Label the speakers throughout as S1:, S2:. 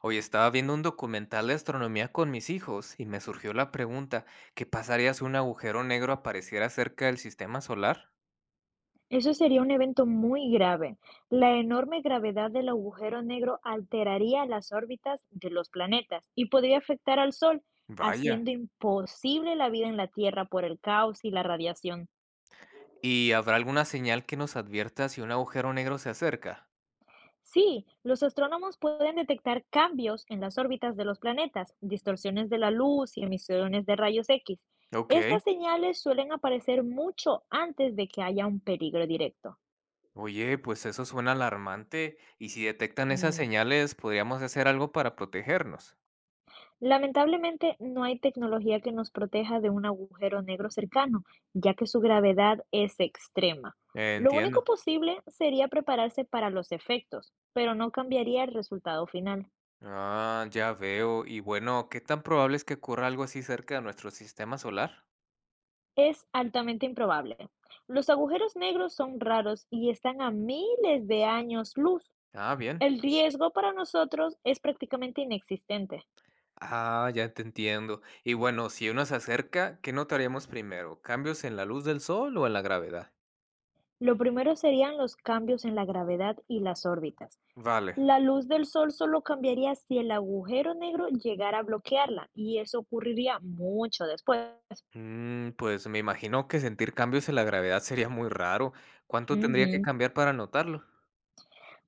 S1: Hoy estaba viendo un documental de astronomía con mis hijos y me surgió la pregunta, ¿qué pasaría si un agujero negro apareciera cerca del sistema solar?
S2: Eso sería un evento muy grave. La enorme gravedad del agujero negro alteraría las órbitas de los planetas y podría afectar al Sol,
S1: Vaya.
S2: haciendo imposible la vida en la Tierra por el caos y la radiación.
S1: ¿Y habrá alguna señal que nos advierta si un agujero negro se acerca?
S2: Sí, los astrónomos pueden detectar cambios en las órbitas de los planetas, distorsiones de la luz y emisiones de rayos X.
S1: Ok.
S2: Estas señales suelen aparecer mucho antes de que haya un peligro directo.
S1: Oye, pues eso suena alarmante, y si detectan esas
S2: Mm.
S1: señales, ¿podríamos hacer algo para protegernos?
S2: Lamentablemente, no hay tecnología que nos proteja de un agujero negro cercano, ya que su gravedad es extrema. Lo único
S1: Entiendo.
S2: posible sería prepararse para los efectos, pero no cambiaría el resultado final.
S1: Ah, ya veo. Y bueno, ¿qué tan probable es que ocurra algo así cerca de nuestro sistema solar?
S2: Es altamente improbable. Los agujeros negros son raros y están a miles de años luz.
S1: Ah, bien.
S2: El riesgo para nosotros es prácticamente inexistente.
S1: Ah, ya te entiendo. Y bueno, si uno se acerca, ¿qué notaríamos primero? ¿Cambios en la luz del sol o en la gravedad?
S2: Lo primero serían los cambios en la gravedad y las órbitas.
S1: Vale.
S2: La luz del sol solo cambiaría si el agujero negro llegara a bloquearla, y eso ocurriría mucho después.
S1: Mm, pues me imagino que sentir cambios en la gravedad sería muy raro. ¿Cuánto tendría que
S2: Ujú.
S1: cambiar para notarlo?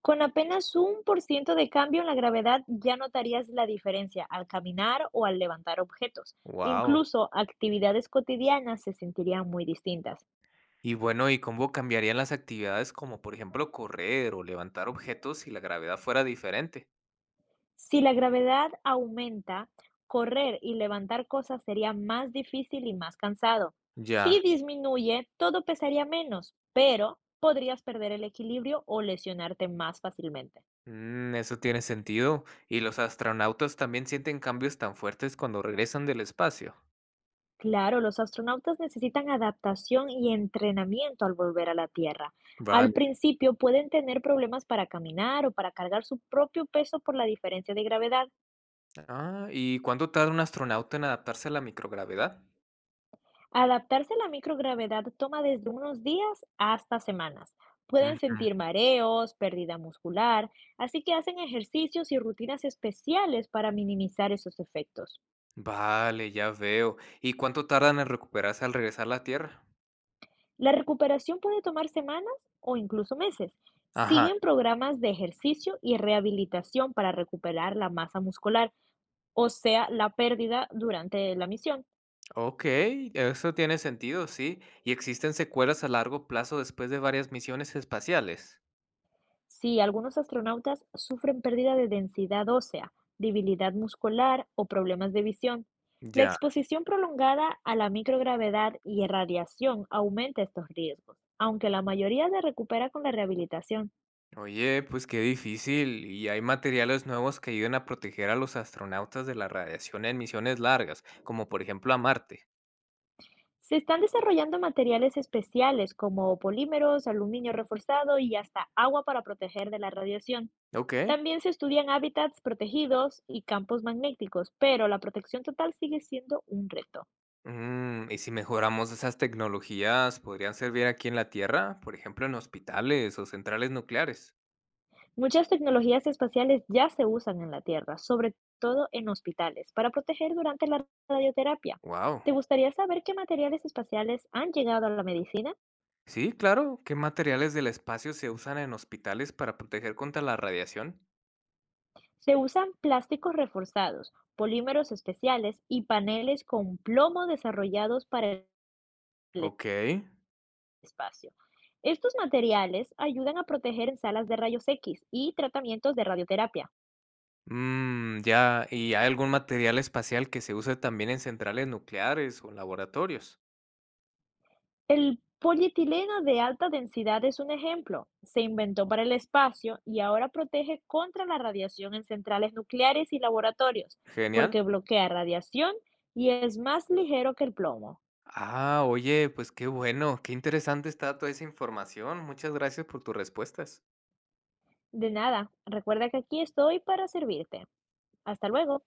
S2: Con apenas 1% de cambio en la gravedad ya notarías la diferencia al caminar o al levantar objetos.
S1: Wow.
S2: Incluso actividades cotidianas se sentirían muy distintas.
S1: Y bueno, ¿y cómo cambiarían las actividades, como por ejemplo correr o levantar objetos, si la gravedad fuera diferente?
S2: Si la gravedad aumenta, correr y levantar cosas sería más difícil y más cansado. Si
S1: Ya.
S2: disminuye, todo pesaría menos, pero podrías perder el equilibrio o lesionarte más fácilmente.
S1: Mm, eso tiene sentido. ¿Y los astronautas también sienten cambios tan fuertes cuando regresan del espacio?
S2: Claro, los astronautas necesitan adaptación y entrenamiento al volver a la Tierra. Al
S1: Vale.
S2: principio pueden tener problemas para caminar o para cargar su propio peso por la diferencia de gravedad.
S1: Ah, ¿y cuánto tarda un astronauta en adaptarse a la microgravedad?
S2: Adaptarse a la microgravedad toma desde unos días hasta semanas. Pueden
S1: Ujú.
S2: sentir mareos, pérdida muscular, así que hacen ejercicios y rutinas especiales para minimizar esos efectos.
S1: Vale, ya veo. ¿Y cuánto tardan en recuperarse al regresar a la Tierra?
S2: La recuperación puede tomar semanas o incluso meses.
S1: Ajá.
S2: Siguen programas de ejercicio y rehabilitación para recuperar la masa muscular, o sea, la pérdida durante la misión.
S1: Ok, eso tiene sentido, sí. ¿Y existen secuelas a largo plazo después de varias misiones espaciales?
S2: Sí, algunos astronautas sufren pérdida de densidad ósea, debilidad muscular o problemas de visión. La
S1: Ya.
S2: exposición prolongada a la microgravedad y irradiación aumenta estos riesgos, aunque la mayoría se recupera con la rehabilitación.
S1: Oye, pues qué difícil. ¿Y hay materiales nuevos que ayuden a proteger a los astronautas de la radiación en misiones largas, como por ejemplo a Marte?
S2: Se están desarrollando materiales especiales como polímeros, aluminio reforzado y hasta agua para proteger de la radiación.
S1: Ok.
S2: También se estudian hábitats protegidos y campos magnéticos, pero la protección total sigue siendo un reto.
S1: Mm, y si mejoramos esas tecnologías, ¿podrían servir aquí en la Tierra, por ejemplo, en hospitales o centrales nucleares?
S2: Muchas tecnologías espaciales ya se usan en la Tierra, sobre todo en hospitales, para proteger durante la radioterapia.
S1: Wow.
S2: ¿Te gustaría saber qué materiales espaciales han llegado a la medicina?
S1: Sí, claro. ¿Qué materiales del espacio se usan en hospitales para proteger contra la radiación?
S2: Se usan plásticos reforzados, polímeros especiales y paneles con plomo desarrollados para el
S1: Ok.
S2: espacio. Estos materiales ayudan a proteger en salas de rayos X y tratamientos de radioterapia.
S1: Mm, ya. ¿Y hay algún material espacial que se use también en centrales nucleares o en laboratorios?
S2: El polietileno de alta densidad es un ejemplo. Se inventó para el espacio y ahora protege contra la radiación en centrales nucleares y laboratorios,
S1: Genial.
S2: porque bloquea radiación y es más ligero que el plomo.
S1: Ah, oye, pues qué bueno, qué interesante está toda esa información. Muchas gracias por tus respuestas.
S2: De nada, recuerda que aquí estoy para servirte. Hasta luego.